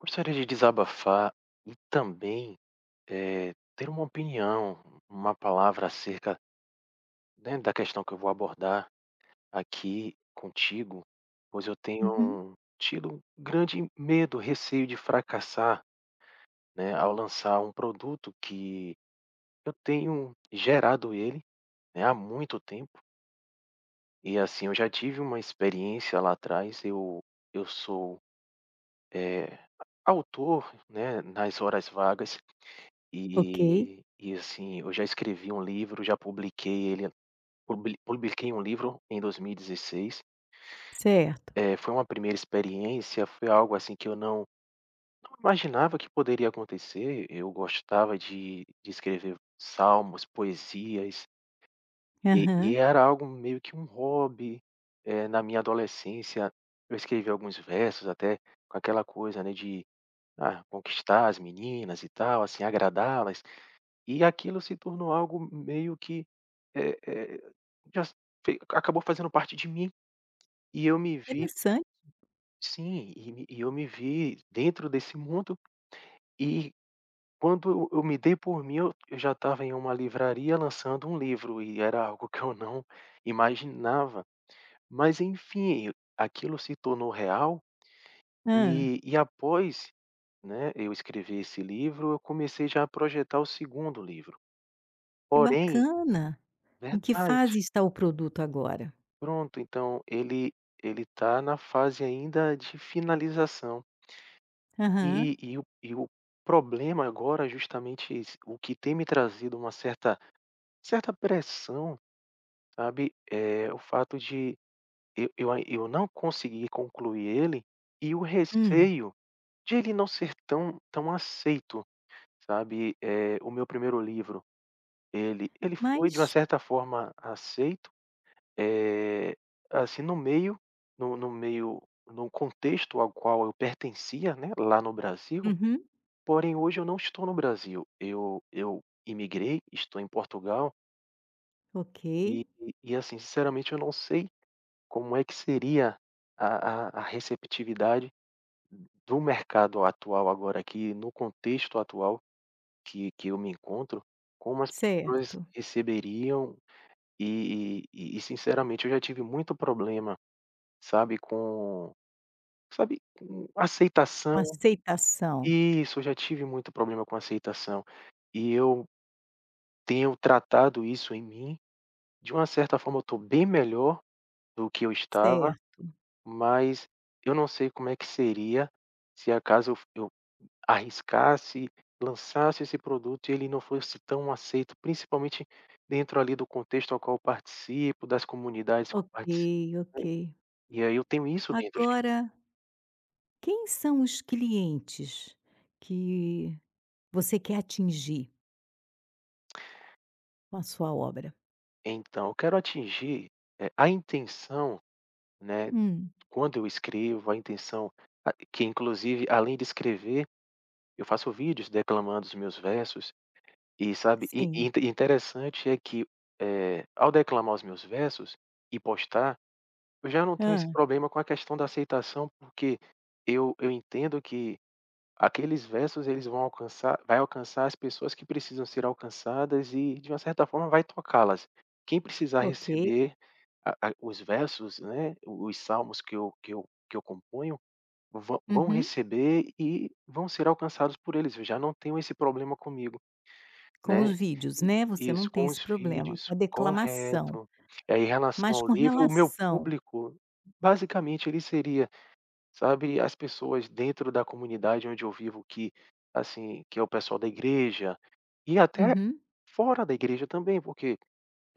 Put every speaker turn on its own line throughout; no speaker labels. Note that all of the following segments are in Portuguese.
Gostaria de desabafar e também, ter uma opinião, uma palavra acerca, né, da questão que eu vou abordar aqui contigo, pois eu
Uhum.
tenho tido um grande medo, receio de fracassar, né, ao lançar um produto que eu tenho gerado ele, né, há muito tempo. E assim, eu já tive uma experiência lá atrás, eu sou, eh, autor, né, nas horas vagas.
Ok,
E assim, eu já escrevi um livro, já publiquei ele, publiquei um livro em 2016.
certo.
Foi uma primeira experiência, foi algo assim que eu não imaginava que poderia acontecer. Eu gostava de escrever salmos, poesias, e
Aham.
era algo meio que um hobby. Na minha adolescência eu escrevi alguns versos até com aquela coisa, né, de, ah, conquistar as meninas e tal, assim, agradá-las. E aquilo se tornou algo meio que, eh eh, já fe acabou fazendo parte de mim, e eu me vi.
Interessante.
Sim, e eu me vi dentro desse mundo, e quando eu me dei por mim, eu já estava em uma livraria lançando um livro, e era algo que eu não imaginava. Mas enfim, aquilo se tornou real,
Ah.
e após, né, eu escrever esse livro, eu comecei já a projetar o segundo livro.
Que
Porém,
bacana. Em que
verdade.
fase está o produto agora?
Pronto, então ele tá na fase ainda de finalização.
Aham.
E o problema agora é justamente esse, o que tem me trazido uma certa pressão, sabe. É o fato de eu não conseguir concluir ele, e o
Hum.
receio de ele não ser tão aceito, sabe. É o meu primeiro livro, ele foi de uma
Mas
certa forma aceito. Eh, assim, no no meio no contexto ao qual eu pertencia, né, lá no Brasil,
uhum.
porém hoje eu não estou no Brasil. Eu imigrei, estou em Portugal.
Ok,
E e assim, sinceramente, eu não sei como é que seria a receptividade do mercado atual agora aqui, no contexto atual que eu me encontro, como as pessoas
certo.
receberiam. E sinceramente eu já tive muito problema, sabe, com... Sabe,
Com
aceitação,
aceitação.
isso, eu já tive muito problema com aceitação, e eu tenho tratado isso em mim. De uma certa forma eu estou bem melhor do que eu estava,
Certo.
mas eu não sei como é que seria se acaso eu arriscasse, lançasse esse produto e ele não fosse tão aceito, principalmente dentro ali do contexto ao qual eu participo, das comunidades que eu
Ok,
participo,
ok.
né, e aí eu tenho isso dentro de mim.
Agora, quem são os clientes que você quer atingir com a sua obra?
Então eu quero atingir, a intenção, né.
Hum.
Quando eu escrevo, a intenção a que, inclusive, além de escrever, eu faço vídeos declamando os meus versos, e sabe, e
Sim.
interessante é que, ao declamar os meus versos e postar, eu já não tenho
Ah.
esse problema com a questão da aceitação, porque eu entendo que aqueles versos eles vão alcançar vai alcançar as pessoas que precisam ser alcançadas e, de uma certa forma, vai tocá-las. Quem precisar
Ok.
receber a os versos, né, os salmos que eu componho, vão
Uhum.
receber e vão ser alcançados por eles, eu já não tenho esse problema comigo,
Com os
né.
vídeos,
E
né, você
isso,
não tem
com
esse
os
problema,
vídeos,
com a declamação,
correto. Em relação
mas
ao
com
livro, o meu
relação
público, basicamente ele seria, sabe, as pessoas dentro da comunidade onde eu vivo que, assim, que é o pessoal da igreja, e até
uhum,
fora da igreja também, porque,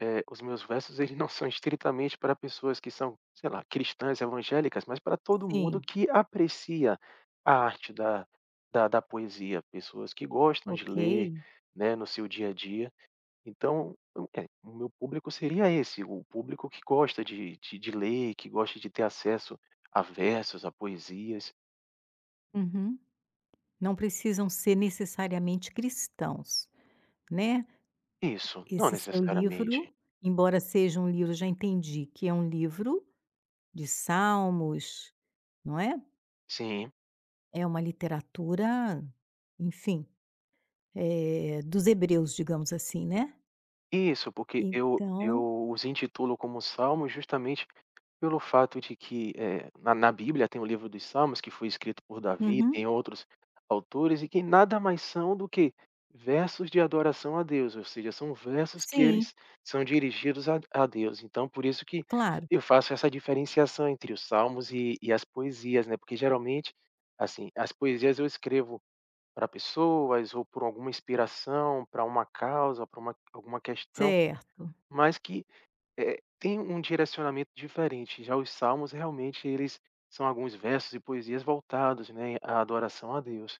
os meus versos eles não são estritamente para pessoas que são, sei lá, cristãs evangélicas, mas para todo mundo
sim,
que aprecia a arte da poesia, pessoas que gostam de
ok,
ler, né, no seu dia a dia. Então, eu- é, o meu público seria esse, o público que gosta de ler, que gosta de ter acesso a versos, a poesias.
uhum. Não precisam ser necessariamente cristãos, né.
Isso, não
Esse seu
necessariamente.
livro, embora seja um livro, já entendi que é um livro de salmos, não é,
Sim,
é uma literatura, enfim, dos hebreus, digamos assim, né.
isso, porque eu
Então
eu os intitulo como salmos justamente pelo fato de que, na Bíblia tem o livro dos Salmos, que foi escrito por Davi,
uhum,
tem outros autores, e que nada mais são do que versos de adoração a Deus, ou seja, são versos que
sim,
eles são dirigidos a Deus. Então, por isso que
claro,
eu faço essa diferenciação entre os Salmos e as poesias, né, porque geralmente, assim, as poesias eu escrevo para pessoas ou por alguma inspiração, para uma causa, para uma alguma questão,
certo.
mas que, tem um direcionamento diferente. Já os salmos, realmente, eles são alguns versos e poesias voltados, né, à adoração a Deus.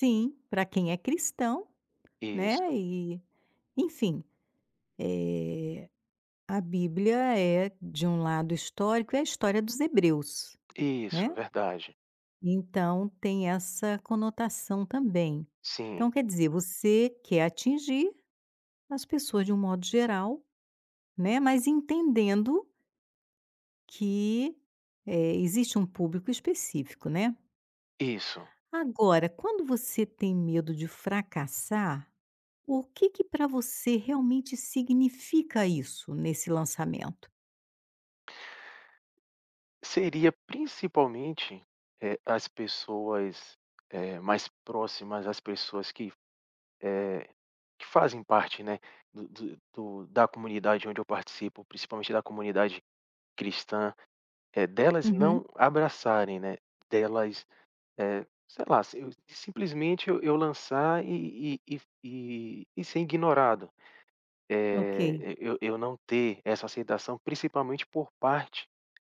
Sim, para quem é cristão,
Isso,
né, e enfim, eh, a Bíblia é, de um lado histórico, é a história dos hebreus,
isso,
né,
verdade.
então tem essa conotação também.
Sim,
Então quer dizer, você quer atingir as pessoas de um modo geral, né, mas entendendo que, existe um público específico, né.
isso.
Agora, quando você tem medo de fracassar, o que que para você realmente significa isso nesse lançamento?
Seria principalmente, as pessoas, mais próximas, as pessoas que, eh, que fazem parte, né, do da comunidade onde eu participo, principalmente da comunidade cristã, delas
Uhum,
não abraçarem, né, delas... Eh, sei lá, se eu simplesmente eu lançar e e ser ignorado.
ok,
Eu não ter essa aceitação, principalmente por parte,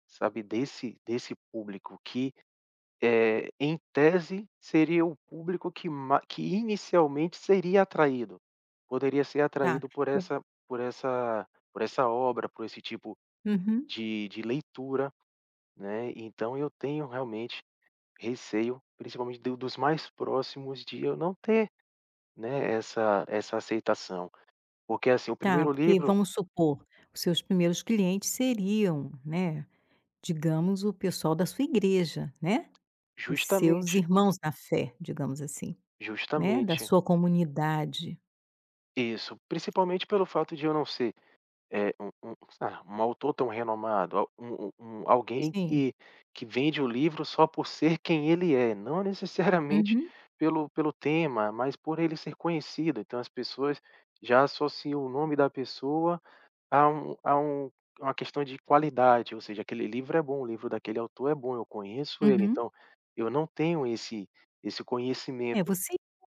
sabe, desse público que, em tese, seria o público que inicialmente seria atraído, poderia ser
tá.
atraído por
O
essa por essa obra, por esse tipo
uhum,
de leitura, né, então eu tenho realmente receio, principalmente do dos mais próximos, de eu não ter, né, essa aceitação. Porque, assim, o
tá,
primeiro
porque
livro...
vamos supor, os seus primeiros clientes seriam, né, digamos o pessoal da sua igreja, né, os seus
Justamente,
irmãos na fé, digamos assim, né, da
justamente.
sua comunidade.
Isso, principalmente pelo fato de eu não ser, é um ah, um autor tão renomado, al um um um alguém
Sim.
que vende o livro só por ser quem ele é, não necessariamente
Uhum,
pelo tema, mas por ele ser conhecido. Então as pessoas já associam o nome da pessoa... Há uma questão de qualidade, ou seja, aquele livro é bom, o livro daquele autor é bom, eu conheço ele,
uhum.
então eu não tenho esse
É,
conhecimento.
você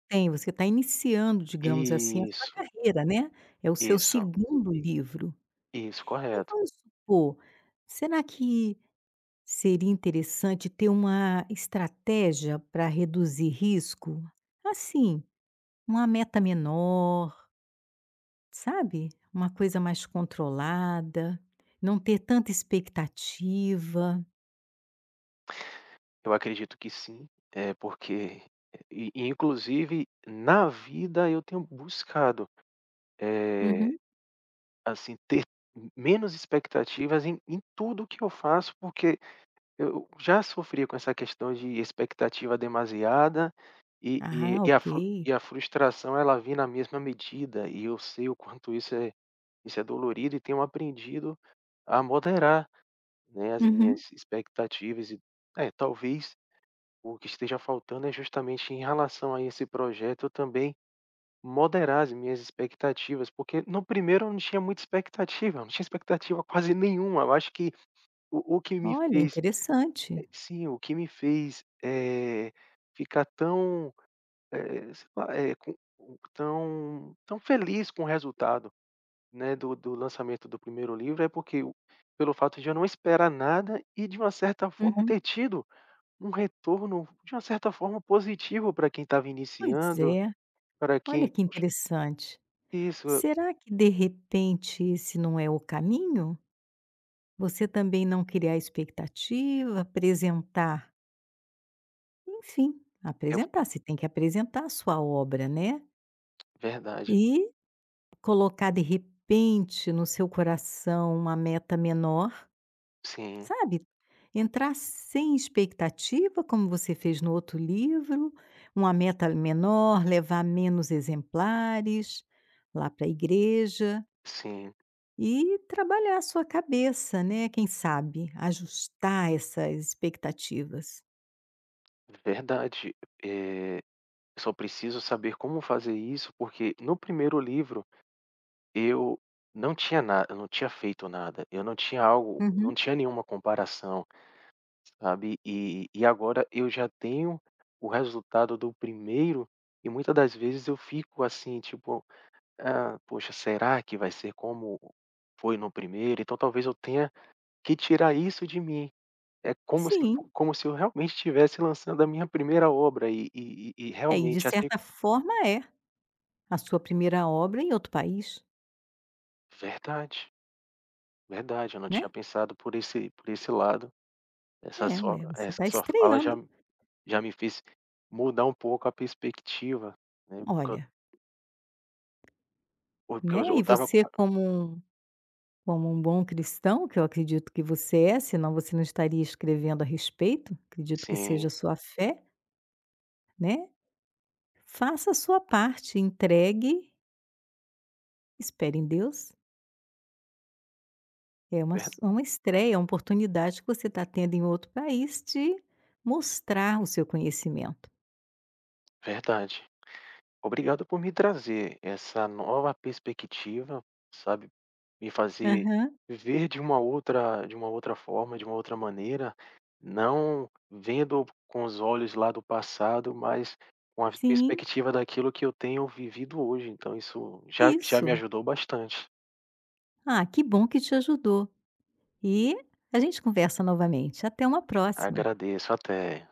tem, você está iniciando, digamos assim, a sua
Isso,
carreira, né, é o seu
isso,
segundo livro.
isso,
E
correto.
vamos supor, será que seria interessante ter uma estratégia para reduzir risco? Assim, uma meta menor, sabe? Uma coisa mais controlada, não ter tanta expectativa.
Eu acredito que sim, é porque inclusive na vida eu tenho buscado, eh,
Uhum.
assim, ter menos expectativas em tudo que eu faço, porque eu já sofria com essa questão de expectativa demasiada e e
Ah,
e
ok.
a frustração ela vinha na mesma medida, e eu sei o quanto isso é dolorido e tenho aprendido a moderar, né, as minhas
Uhum.
expectativas e é, talvez o que esteja faltando é justamente em relação a esse projeto eu também moderar as minhas expectativas, porque no primeiro eu não tinha muita expectativa, eu não tinha expectativa quase nenhuma, eu acho que o que me
Olha,
fez...
interessante.
Sim, o que me fez, ficar tão, sei lá, tão feliz com o resultado, né, do lançamento do primeiro livro, é porque eu, pelo fato de eu não esperar nada e de uma certa forma
Uhum.
ter tido um retorno, de uma certa forma, positivo para quem estava
Pois
iniciando,
é,
para
olha
quem
que
poxa...
interessante.
Isso,
Será que de repente esse não é o caminho? Você também não criar expectativa, apresentar, enfim,
é
apresentar, você tem que apresentar a sua obra, né.
verdade.
E colocar de repente no seu coração uma meta menor,
Sim,
sabe. Entrar sem expectativa, como você fez no outro livro, uma meta menor, levar menos exemplares lá para a igreja
sim,
e trabalhar a sua cabeça, né, quem sabe ajustar essas expectativas.
verdade. Eh, Só preciso saber como fazer isso, porque no primeiro livro eu não tinha nada, eu não tinha feito nada, eu não tinha algo, não
Uhum.
tinha nenhuma comparação, sabe. E agora eu já tenho o resultado do primeiro e muitas das vezes eu fico assim, tipo: "Ah, poxa, será que vai ser como foi no primeiro?". Então talvez eu tenha que tirar isso de mim. É como se fo
Sim.
como se eu realmente estivesse lançando a minha primeira obra e
É, e de
realmente assim...
certa forma é. A sua primeira obra em outro país,
Verdade, verdade, eu não tinha
né.
pensado por esse lado. Essa
É,
sua
ué, você
essa
está
sua fala já
estreando.
já me fez mudar um pouco a perspectiva, né,
Olha,
porque eu já
né,
eu
e
estava
você
com...
como um bom cristão, que eu acredito que você é, senão você não estaria escrevendo a respeito, acredito que seja
Sim,
a sua fé, né, faça a sua parte, entregue, espere em Deus. É uma
ver,
s uma estreia, é uma oportunidade que você está tendo em outro país de mostrar o seu conhecimento.
verdade. Obrigado por me trazer essa nova perspectiva, sabe, me fazer
Aham.
ver de uma outra forma, de uma outra maneira, não vendo com os olhos lá do passado, mas com a
Sim.
perspectiva daquilo que eu tenho vivido hoje, então isso já já me
Isso.
ajudou bastante.
Ah, que bom que te ajudou. E a gente conversa novamente. Até uma próxima.
Agradeço, até.